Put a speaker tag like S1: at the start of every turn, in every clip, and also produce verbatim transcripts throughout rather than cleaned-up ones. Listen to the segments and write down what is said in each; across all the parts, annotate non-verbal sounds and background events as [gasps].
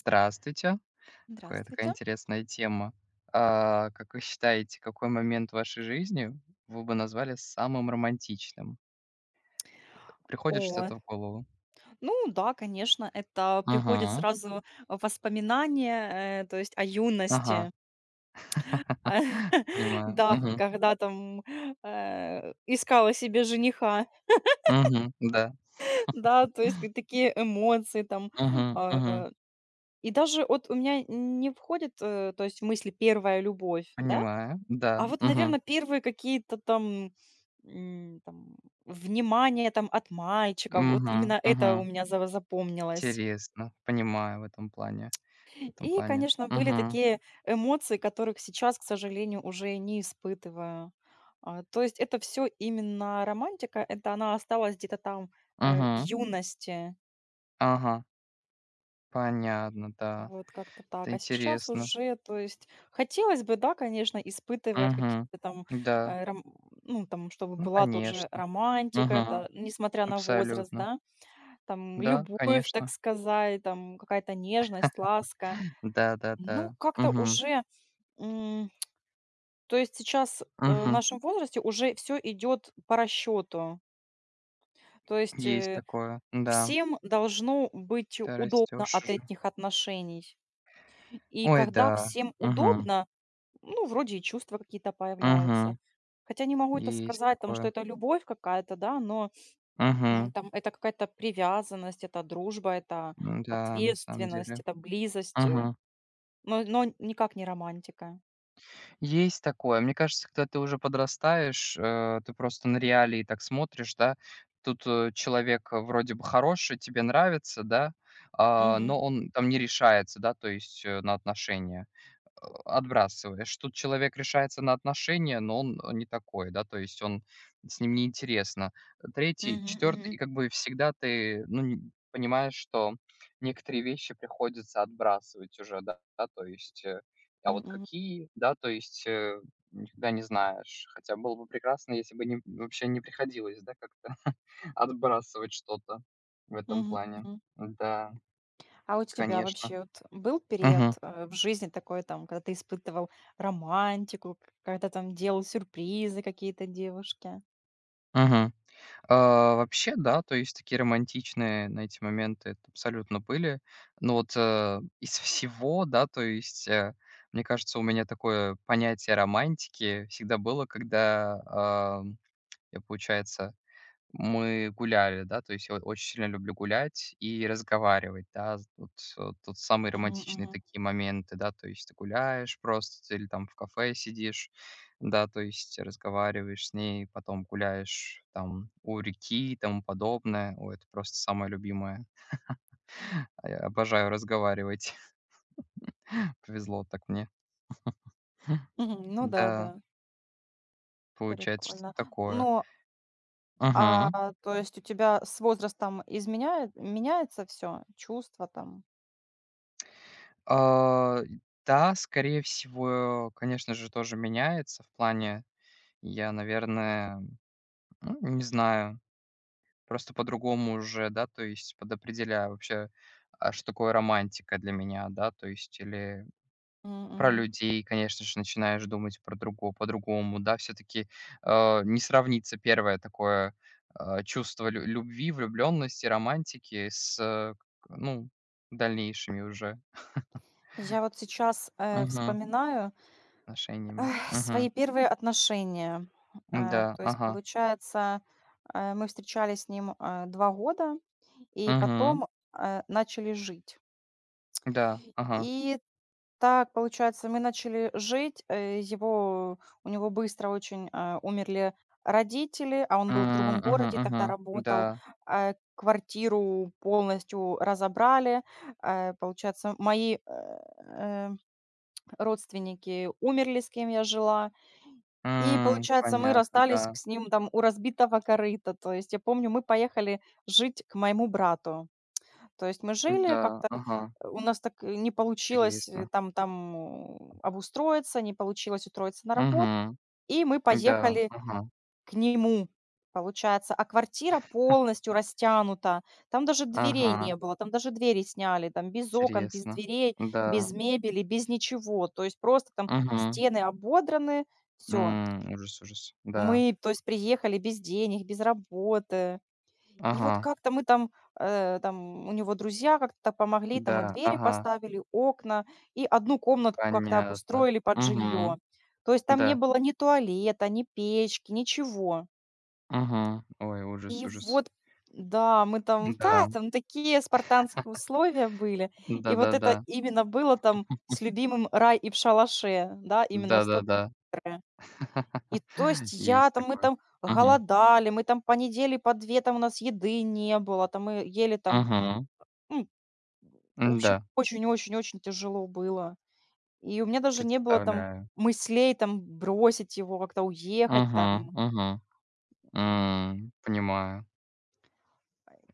S1: Здравствуйте. Такая такая
S2: Здравствуйте.
S1: интересная тема. А, как вы считаете, какой момент в вашей жизни вы бы назвали самым романтичным? Приходит
S2: О,
S1: что-то в голову?
S2: ну да, конечно, это приходит
S1: Мгм.
S2: сразу воспоминания, э, то есть о
S1: Ага.
S2: юности.
S1: [laughs]
S2: [laughs]
S1: Понимаю.
S2: Да,
S1: Мгм.
S2: когда там э, искала себе жениха,
S1: Мгм. Да.
S2: [laughs] да, то есть к- такие эмоции там.
S1: Мгм. Мгм.
S2: а, И даже вот у меня не входит, э, то есть в мысли первая любовь, да,
S1: Понимаю.
S2: а
S1: Да.
S2: вот, наверное,
S1: Мгм.
S2: первые какие-то там м, там, внимание там от мальчиков, вот
S1: Мгм.
S2: именно
S1: Мгм.
S2: это у меня за- запомнилось.
S1: Интересно. Понимаю в этом плане. В этом
S2: И,
S1: плане.
S2: конечно, были
S1: Мгм.
S2: такие эмоции, которых сейчас, к сожалению, уже не испытываю. А, То есть это все именно романтика, это она осталась где-то там э, в
S1: Мгм.
S2: юности,
S1: Ага. Понятно, да.
S2: вот как-то так.
S1: Это
S2: А сейчас
S1: интересно.
S2: уже, то есть хотелось бы, да, конечно, испытывать
S1: Мгм.
S2: какие-то там,
S1: Да.
S2: э, ром- ну, там, чтобы
S1: Ну,
S2: была тоже
S1: конечно.
S2: романтика,
S1: Мгм.
S2: та- несмотря на возраст,
S1: Абсолютно.
S2: да, там,
S1: Да,
S2: любовь, так
S1: конечно.
S2: сказать, там, какая-то нежность, ласка. Ну,
S1: Да-да-да.
S2: как-то
S1: Мгм.
S2: уже. То есть сейчас, э, в
S1: Мгм.
S2: нашем возрасте уже все идет по расчету. То есть,
S1: Есть
S2: э,
S1: такое. Да,
S2: всем должно быть
S1: ты
S2: удобно
S1: растешь
S2: от
S1: уже.
S2: этих отношений. И
S1: Ой,
S2: когда
S1: да.
S2: всем
S1: Мгм.
S2: удобно, ну, вроде и чувства какие-то появляются.
S1: Мгм.
S2: Хотя не могу это
S1: Есть
S2: сказать, там, что
S1: такое.
S2: это любовь какая-то, да, но, м,
S1: Мгм.
S2: там это какая-то привязанность, это дружба, это
S1: М-да, на самом
S2: ответственность,
S1: деле.
S2: это близость, э,
S1: Мгм.
S2: но но никак не романтика.
S1: Есть такое. Мне кажется, когда ты уже подрастаешь, э, ты просто на реалии так смотришь, да. Тут, э, человек, э, вроде бы хороший, тебе нравится, да, а,
S2: Мгм.
S1: но он там не решается, да, то есть, э, на отношения. Э, отбрасываешь. Тут человек решается на отношения, но он э, не такой, да, то есть он, с ним неинтересно. Третий,
S2: Мгм.
S1: четвертый, и
S2: Мгм.
S1: как бы всегда ты, ну, н понимаешь, что некоторые вещи приходится отбрасывать уже, да, да, то есть, э, а вот
S2: мгм.
S1: какие, да, то есть, э, никогда не знаешь. Хотя было бы прекрасно, если бы не, вообще не приходилось, да, как-то [laughs] отбрасывать что-то в этом
S2: Мгм.
S1: плане.
S2: Мгм.
S1: Да,
S2: А у тебя
S1: конечно.
S2: вообще вот был период
S1: Мгм,
S2: э, в жизни такой, там, когда ты испытывал романтику, к- когда там делал сюрпризы какие-то девушке?
S1: мгм. А, вообще, да, то есть такие романтичные, на эти моменты это абсолютно были. Но вот, э, из всего, да, то есть, э, мне кажется, у меня такое понятие романтики всегда было, когда, ам, я, получается, мы гуляли, да, то есть я вот очень сильно люблю гулять и разговаривать, да. з- Вот, э, тут самые
S2: Мгм,
S1: романтичные
S2: мгм.
S1: такие моменты, да, то есть ты гуляешь просто ты или там в кафе сидишь, да, то есть разговариваешь с ней, потом гуляешь там у реки и тому подобное. Ой, это просто самое любимое. А я обожаю разговаривать. [laughs] Повезло так мне.
S2: Мгм, ну да, да,
S1: Да, получается что-то
S2: прикольно.
S1: такое.
S2: Ну, а
S1: Ага.
S2: то есть у тебя с возрастом изменяет, меняется все, чувство там?
S1: А, да, скорее всего, конечно же, тоже меняется в плане. Я, наверное, ну, не знаю, просто по-другому уже, да, то есть подопределяю вообще, а что такое романтика для меня, да, то есть, или
S2: Мгм,
S1: про
S2: мгм.
S1: людей, конечно же, начинаешь думать, про другого, по-другому, да, все-таки не сравнится первое такое э, чувство лю- любви, влюбленности, романтики с, э, к- ну, дальнейшими уже
S2: Я вот сейчас э,
S1: Мгм.
S2: вспоминаю
S1: Отношениями.
S2: эх, свои
S1: Мгм.
S2: первые отношения.
S1: Да,
S2: Э, то есть,
S1: ага.
S2: получается, э, мы встречались с ним э, два года. И
S1: Мгм.
S2: потом, э, начали жить.
S1: Да, ага.
S2: И так, получается, мы начали жить, э, его у него быстро очень, э, умерли родители, а он был в
S1: М,
S2: другом
S1: мгм,
S2: городе, тогда
S1: мгм.
S2: работал.
S1: Да.
S2: Э, квартиру полностью разобрали. Э, получается, мои, э, э, родственники умерли, с кем я жила. И,
S1: М,
S2: получается, мы
S1: понятно,
S2: расстались
S1: да.
S2: к с ним там у разбитого корыта. То есть я помню, мы поехали жить к моему брату. То есть мы жили
S1: Да,
S2: как-то,
S1: ага,
S2: э, у нас так э, не получилось, э,
S1: интересно.
S2: там там, э, обустроиться, не получилось устроиться на
S1: Мгм.
S2: работу, и мы
S1: Да,
S2: поехали
S1: ага,
S2: к нему, получается. А квартира полностью растянута, там даже дверей
S1: ага,
S2: не было, там даже двери сняли, там без окон, без
S1: интересно.
S2: дверей, без
S1: Да,
S2: мебели, без ничего. То есть просто там
S1: мгм.
S2: стены ободраны, все.
S1: М, ужас, ужас. Да,
S2: Мы, то есть, приехали без денег, без работы. И вот
S1: ага,
S2: как-то мы там, э, там у него друзья как-то так помогли, там и
S1: да,
S2: двери
S1: ага,
S2: поставили, окна, и одну комнатку как-то
S1: понятно.
S2: обустроили под жилье.
S1: Мгм.
S2: То есть там не
S1: Да,
S2: было ни туалета, ни печки, ничего.
S1: мгм. Ой, ужас,
S2: И
S1: ужас.
S2: вот, да, мы там, [laughs] да,
S1: Да,
S2: там такие спартанские условия были. И вот это
S1: да-да-да,
S2: именно было там с любимым рай и в шалаше, да, именно с той
S1: да-да-да.
S2: которая. И то
S1: [laughs]
S2: есть я
S1: Есть
S2: там, мы
S1: такое.
S2: там
S1: Мгм,
S2: голодали, мы там по неделе, по две там у нас еды не было, там мы ели там
S1: мгм.
S2: М, в
S1: Да,
S2: общем, очень-очень-очень тяжело было. И у меня даже не было там
S1: представляю.
S2: мыслей там бросить его, как-то уехать
S1: Мгм,
S2: там.
S1: мгм. Понимаю.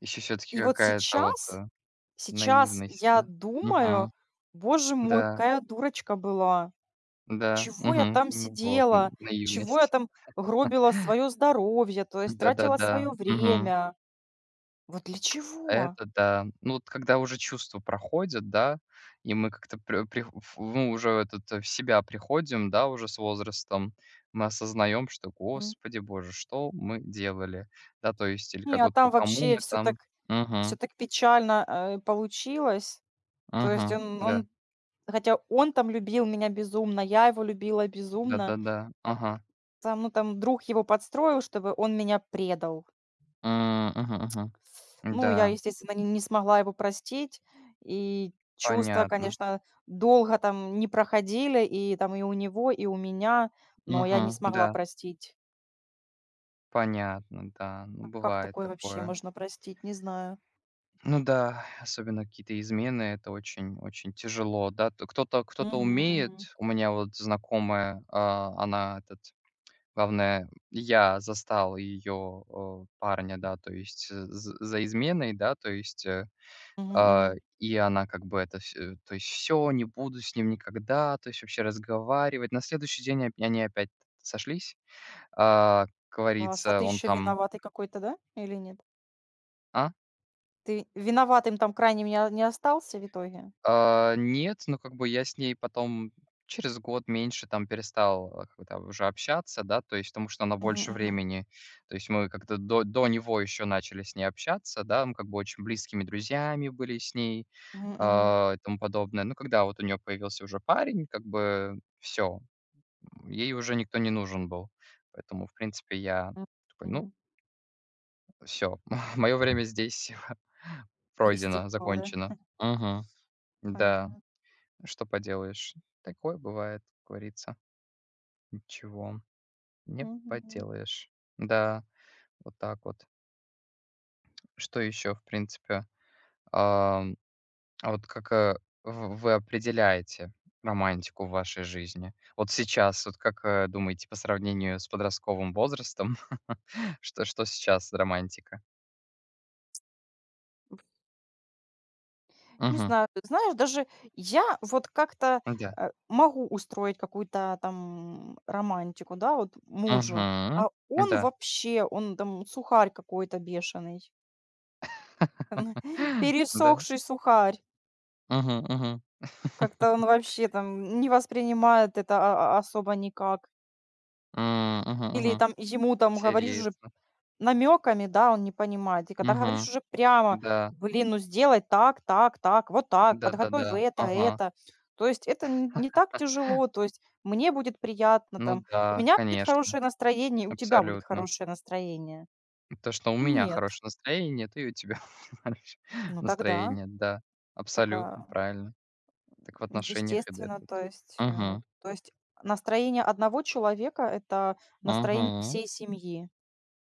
S1: Еще все таки
S2: И вот
S1: какая-то вот,
S2: сейчас,
S1: э,
S2: сейчас
S1: наивность,
S2: я
S1: да?
S2: думаю:
S1: Мгм.
S2: "Боже мой,
S1: Да,
S2: какая я дурочка была!
S1: да,
S2: Чего я
S1: мгм.
S2: там
S1: Ну вот, н
S2: сидела? Чего я
S1: наивность.
S2: там гробила
S1: [laughs]
S2: свое здоровье, то есть тратила
S1: Да-да-да,
S2: свое
S1: мгм.
S2: время? Вот для чего?"
S1: Это да. Ну, вот когда уже чувства проходят, да, и мы как-то пре прих ф ну, уже этот, э, в себя приходим, да, уже с возрастом, мы осознаем, что:
S2: М.
S1: "Господи Боже, что мы делали?" Да, то есть или
S2: Не,
S1: как
S2: а
S1: вот по
S2: там
S1: кому
S2: вообще
S1: мы
S2: все так
S1: там.
S2: все
S1: Угу,
S2: так печально, э, получилось. То есть
S1: угу.
S2: он
S1: Да,
S2: он Хотя он там любил меня безумно, я его любила безумно.
S1: да-да-да. Ага.
S2: Там, ну, там друг его подстроил, чтобы он меня предал.
S1: М, мгм, мгм.
S2: Ну, я,
S1: Да.
S2: естественно, не, не смогла его простить. И чувства,
S1: Понятно.
S2: конечно, долго там не проходили, и там и у него, и у меня, но я не
S1: Мгм.
S2: смогла
S1: Да,
S2: простить.
S1: понятно, да.
S2: А
S1: Ну,
S2: Как
S1: бывает
S2: такое вообще
S1: такое.
S2: можно простить, не знаю.
S1: Ну да, особенно какие-то измены — это очень очень тяжело, да. Т кто-то кто-то
S2: Мгм,
S1: умеет.
S2: мгм,
S1: У меня вот знакомая, а, она, этот, главное, я застал ее, э, парня, да, то есть, э, з за изменой, да, то есть, э,
S2: мгм,
S1: а,
S2: мгм.
S1: и она как бы это вс э, то есть: все, не буду с ним никогда", то есть вообще разговаривать. На следующий день оп они опять сошлись. А, как
S2: Класс. А
S1: говорится,
S2: ты
S1: он
S2: еще
S1: там.
S2: виноватый какой-то, да? Или нет?
S1: А?
S2: Ты виноватым там крайним не, о- не остался в итоге?
S1: А, нет, ну, как бы я с ней потом через год меньше там перестал, э, как-то уже общаться, да, то есть, потому что она
S2: Мгм,
S1: больше
S2: мгм,
S1: времени. То есть мы как-то до до него еще начали с ней общаться, да, мы как бы очень близкими друзьями были с ней,
S2: мгм, мгм.
S1: а, и тому подобное. Ну, когда вот у нее появился уже парень, как бы все, ей уже никто не нужен был. Поэтому, в принципе, я
S2: М,
S1: такой: "Ну,
S2: мгм.
S1: все, [laughs] мое время здесь".
S2: И с тех
S1: Пройдено,
S2: пор, да?
S1: закончено. Мгм. Да,
S2: Понятно.
S1: что поделаешь. Такое бывает, как говорится. Ничего не
S2: Мгм.
S1: поделаешь. Да, вот так вот. Что еще, в принципе? Ам, а вот как, э, в вы определяете романтику в вашей жизни? Вот сейчас, вот как, э, думаете, по сравнению с подростковым возрастом, [laughs] что что сейчас романтика?
S2: Не
S1: Мгм.
S2: знаю, знаешь, даже я вот как-то,
S1: Да.
S2: э, могу устроить какую-то там романтику, да, вот мужу, а
S1: Мгм.
S2: он
S1: Да.
S2: вообще, он там сухарь какой-то бешеный, [laughs]
S1: [gasps] Да.
S2: пересохший сухарь.
S1: Мгм, мгм.
S2: Как-то он вообще там не воспринимает это, а, а, особо никак.
S1: М, мгм,
S2: Или
S1: мгм.
S2: там ему там говоришь
S1: Интересно.
S2: намеками, да, он не понимает. И когда говоришь
S1: Мгм.
S2: уже прямо:
S1: Да,
S2: "Блин, ну сделай так, так, так, вот так, подготовь
S1: да-да-да.
S2: это,
S1: Ага.
S2: это". То есть это н не так тяжело, то есть мне будет приятно,
S1: Ну
S2: там, у
S1: да,
S2: меня будет
S1: конечно,
S2: хорошее настроение, и у тебя будет
S1: абсолютно.
S2: хорошее настроение.
S1: То, что у меня
S2: Нет,
S1: хорошее настроение, то и у тебя [laughs] хорошее
S2: ну тогда
S1: настроение. Да, абсолютно
S2: такая,
S1: правильно. Так в
S2: м,
S1: отношениях и
S2: естественно,
S1: этот.
S2: то есть, э,
S1: Мгм,
S2: то есть настроение одного человека — это настроение
S1: мгм.
S2: всей семьи.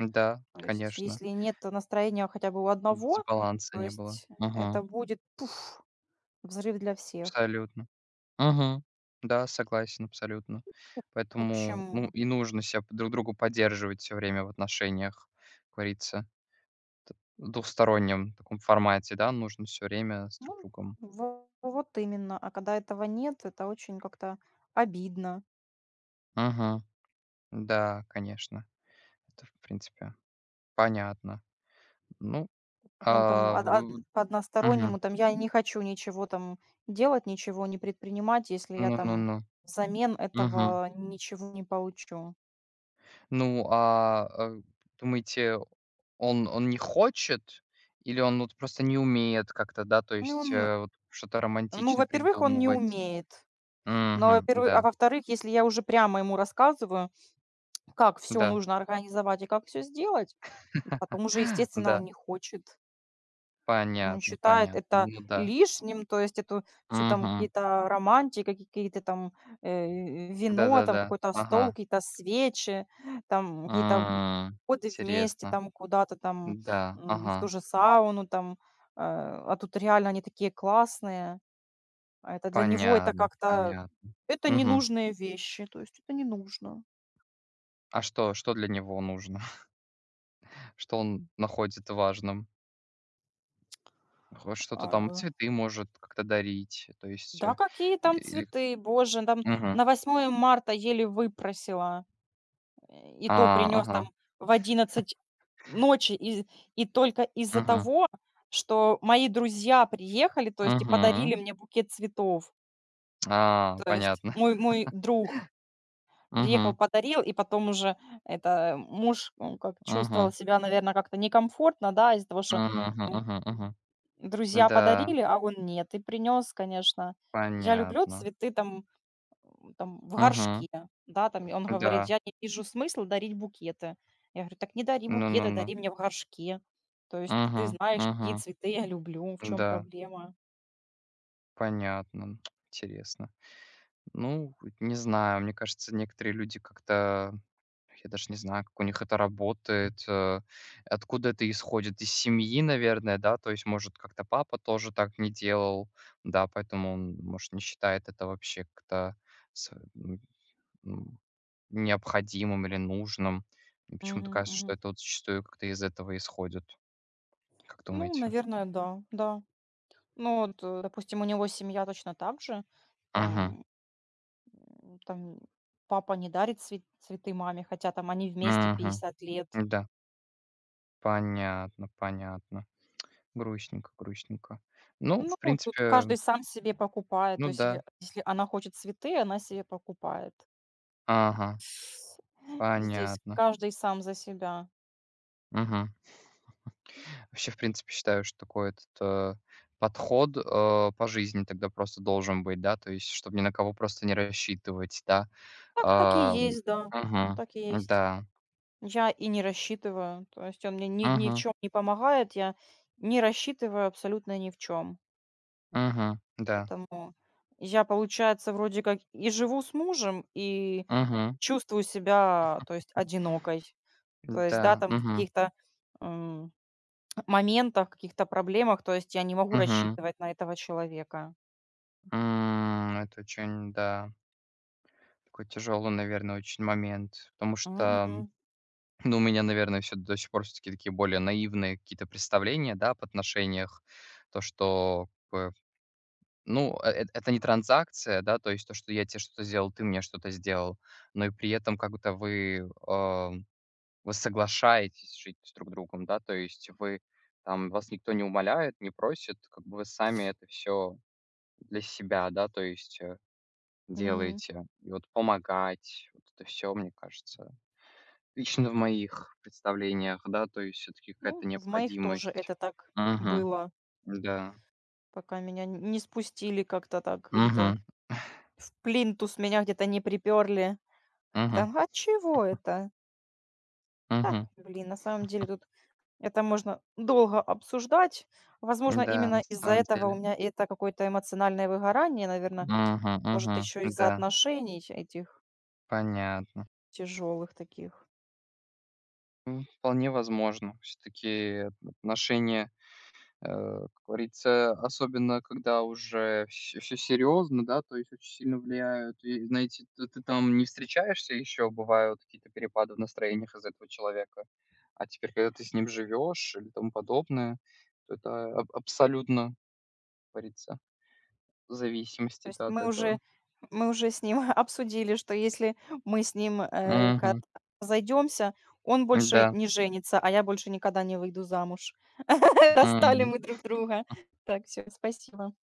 S1: Да,
S2: То есть
S1: конечно.
S2: если нет настроения хотя бы у одного,
S1: Дисбаланса
S2: то
S1: не было.
S2: есть это
S1: Мгм.
S2: будет взрыв для всех.
S1: Абсолютно. Мгм. Да, согласен абсолютно.
S2: В
S1: Поэтому, ну,
S2: общем,
S1: и нужно себя, п друг другу поддерживать все время в отношениях, как говорится, т в двухстороннем таком формате, да, нужно все время с
S2: ну,
S1: друг другом.
S2: во вот именно. А когда этого нет, это очень как-то обидно.
S1: Мгм. Да, конечно. Это, в принципе, понятно. Ну,
S2: Он там
S1: а,
S2: од од
S1: в
S2: по
S1: мгм.
S2: одностороннему там: "Я не хочу ничего там делать, ничего не предпринимать, если я там
S1: Ну-ну-ну.
S2: взамен
S1: Мгм.
S2: этого ничего не получу".
S1: Ну, а, э, думаете, он он не хочет или он вот просто не умеет как-то, да, то
S2: Ну,
S1: есть,
S2: он,
S1: э, вот что-то
S2: ну,
S1: романтично
S2: во-первых, он не
S1: придумывать?
S2: умеет. Но,
S1: Мгм.
S2: во-первых а
S1: Да,
S2: во-вторых, если я уже прямо ему рассказываю, как все
S1: да.
S2: нужно организовать и как все сделать, потом уже,
S1: [laughs]
S2: естественно, он
S1: Да,
S2: не хочет. Там он
S1: понятно,
S2: считает
S1: понятно.
S2: это
S1: Ну да.
S2: лишним, то есть эту всю там
S1: Мгм.
S2: какие-то романтики, какие-то там, э, вино, там
S1: Да-да-да.
S2: какой-то стол,
S1: Ага.
S2: какие-то свечи, там какие-то
S1: М,
S2: походы вместе
S1: интересно.
S2: там куда-то там,
S1: Да,
S2: м, в ту
S1: ага.
S2: же сауну там. Э, а тут реально они такие классные, а это для него это
S1: Понятно,
S2: как-то
S1: понятно.
S2: это
S1: Мгм.
S2: ненужные вещи, то есть это не нужно.
S1: А что что для него нужно? [laughs] Что он находит важным? Хо что-то там,
S2: А,
S1: цветы может как-то дарить, то есть,
S2: да
S1: э,
S2: какие там
S1: или
S2: цветы, боже, там
S1: Мгм.
S2: на 8 марта еле выпросила. Э, и
S1: А,
S2: то принёс там
S1: ага.
S2: в одиннадцать ночи, и и только из-за
S1: Мгм.
S2: того, что мои друзья приехали, то есть и
S1: Мгм.
S2: подарили мне букет цветов.
S1: А,
S2: То есть
S1: понятно.
S2: мой
S1: [laughs]
S2: мой друг приехал,
S1: Мгм.
S2: подарил, и потом уже это э, муж, он как чувствовал
S1: Мгм.
S2: себя, наверное, как-то некомфортно, да, из-за того, что,
S1: Мгм.
S2: м,
S1: Мгм. Мгм.
S2: друзья
S1: Да.
S2: подарили, а он нет, и принёс, конечно. Я люблю
S1: Понятно.
S2: цветы, там М, там в
S1: Мгм.
S2: горшке, да, там и он говорит:
S1: Да.
S2: "Я не вижу смысла дарить букеты". Я говорю: "Так не дари букеты,
S1: Ну-ну-ну.
S2: дари мне в горшке". То есть
S1: Мгм.
S2: ты знаешь, какие
S1: Мгм.
S2: цветы я люблю, в чем
S1: Да.
S2: проблема.
S1: Понятно. Интересно. Ну, не знаю, мне кажется, некоторые люди как-то, я даже не знаю, как у них это работает, э, откуда это исходит. Из семьи, наверное, да? То есть, может, как-то папа тоже так не делал, да, поэтому он, может, не считает это вообще как-то с м, м, необходимым или нужным. Мне почему-то
S2: Мгм,
S1: кажется, что
S2: мгм.
S1: это вот зачастую как-то из этого исходит. Как
S2: Ну,
S1: думаете?
S2: наверное, да, да. Ну вот, э, допустим, у него семья точно так же.
S1: Ага.
S2: Там, м, там папа не дарит цве цветы маме, хотя там они вместе
S1: Мгм.
S2: 50 лет.
S1: Да, понятно, понятно. Грустненько, грустненько. Ну,
S2: Ну,
S1: в
S2: тут
S1: принципе,
S2: каждый сам себе покупает. То
S1: ну
S2: есть,
S1: да.
S2: если если она хочет цветы, она себе покупает.
S1: Ага,
S2: Здесь
S1: понятно.
S2: каждый сам за себя.
S1: Мгм. Вообще, в принципе, считаю, что такой этот, э, подход, э, по жизни тогда просто должен быть, да, то есть, чтобы ни на кого просто не рассчитывать, да.
S2: Так, так и
S1: А,
S2: есть, да.
S1: мгм.
S2: Так и есть.
S1: Да.
S2: Я и не рассчитываю. То есть он мне ни, ни в
S1: Мгм.
S2: чем не помогает. Я не рассчитываю абсолютно ни в чем.
S1: Мгм. Да.
S2: Поэтому я, получается, вроде как и живу с мужем, и
S1: Мгм.
S2: чувствую себя, то есть, одинокой. То есть, да,
S1: Да.
S2: там в
S1: Мгм.
S2: каких-то м, моментах, каких-то проблемах, то есть я не могу
S1: Мгм.
S2: рассчитывать на этого человека.
S1: М, это очень, да. Такой тяжелый, наверное, очень момент, потому что, м,
S2: Мгм.
S1: ну, у меня, наверное, все до сих пор, все таки такие более наивные какие-то представления, да, об отношениях. То, что, как бы, ну, э эт это не транзакция, да, то есть то, что я тебе что-то сделал, ты мне что-то сделал, но и при этом как будто вы, а, вы соглашаетесь жить с друг другом, да, то есть вы, там вас никто не умоляет, не просит, как бы вы сами это все для себя, да, то есть, э,
S2: Мгм.
S1: делаете. И вот помогать, вот это все мне кажется. Лично в моих представлениях, да, то есть все таки
S2: Ну,
S1: какая-то
S2: в моих тоже это
S1: необходимость.
S2: так
S1: Мгм.
S2: было,
S1: Да.
S2: пока меня н не спустили как-то так, где-то
S1: Мгм.
S2: в плинтус меня где-то не приперли.
S1: Мгм.
S2: Там: "А чего это?" Да,
S1: Мгм.
S2: блин, на самом деле тут это можно долго обсуждать. Возможно,
S1: Да, на
S2: именно из-за
S1: самом
S2: этого у
S1: деле.
S2: меня это какое-то эмоциональное выгорание, наверное,
S1: Мгм.
S2: может,
S1: Мгм.
S2: еще из-за
S1: Да,
S2: отношений этих
S1: понятно.
S2: тяжелых таких.
S1: М, вполне возможно. Все-таки отношения, Э, как говорится, особенно когда уже все серьезно, да, то есть очень сильно влияют. И, знаете, ты ты там не встречаешься еще, бывают какие-то перепады в настроениях из-за этого человека. А теперь, когда ты с ним живешь или тому подобное, то это аб абсолютно, как говорится, в
S2: То
S1: зависимости
S2: есть
S1: от
S2: мы уже
S1: этого.
S2: мы уже с ним [laughs] обсудили, что если мы с ним, э, ка
S1: Мгм.
S2: разойдёмся, он больше
S1: Да.
S2: не женится, а я больше никогда не выйду замуж. [laughs] Достали мы друг друга. Так, все, спасибо.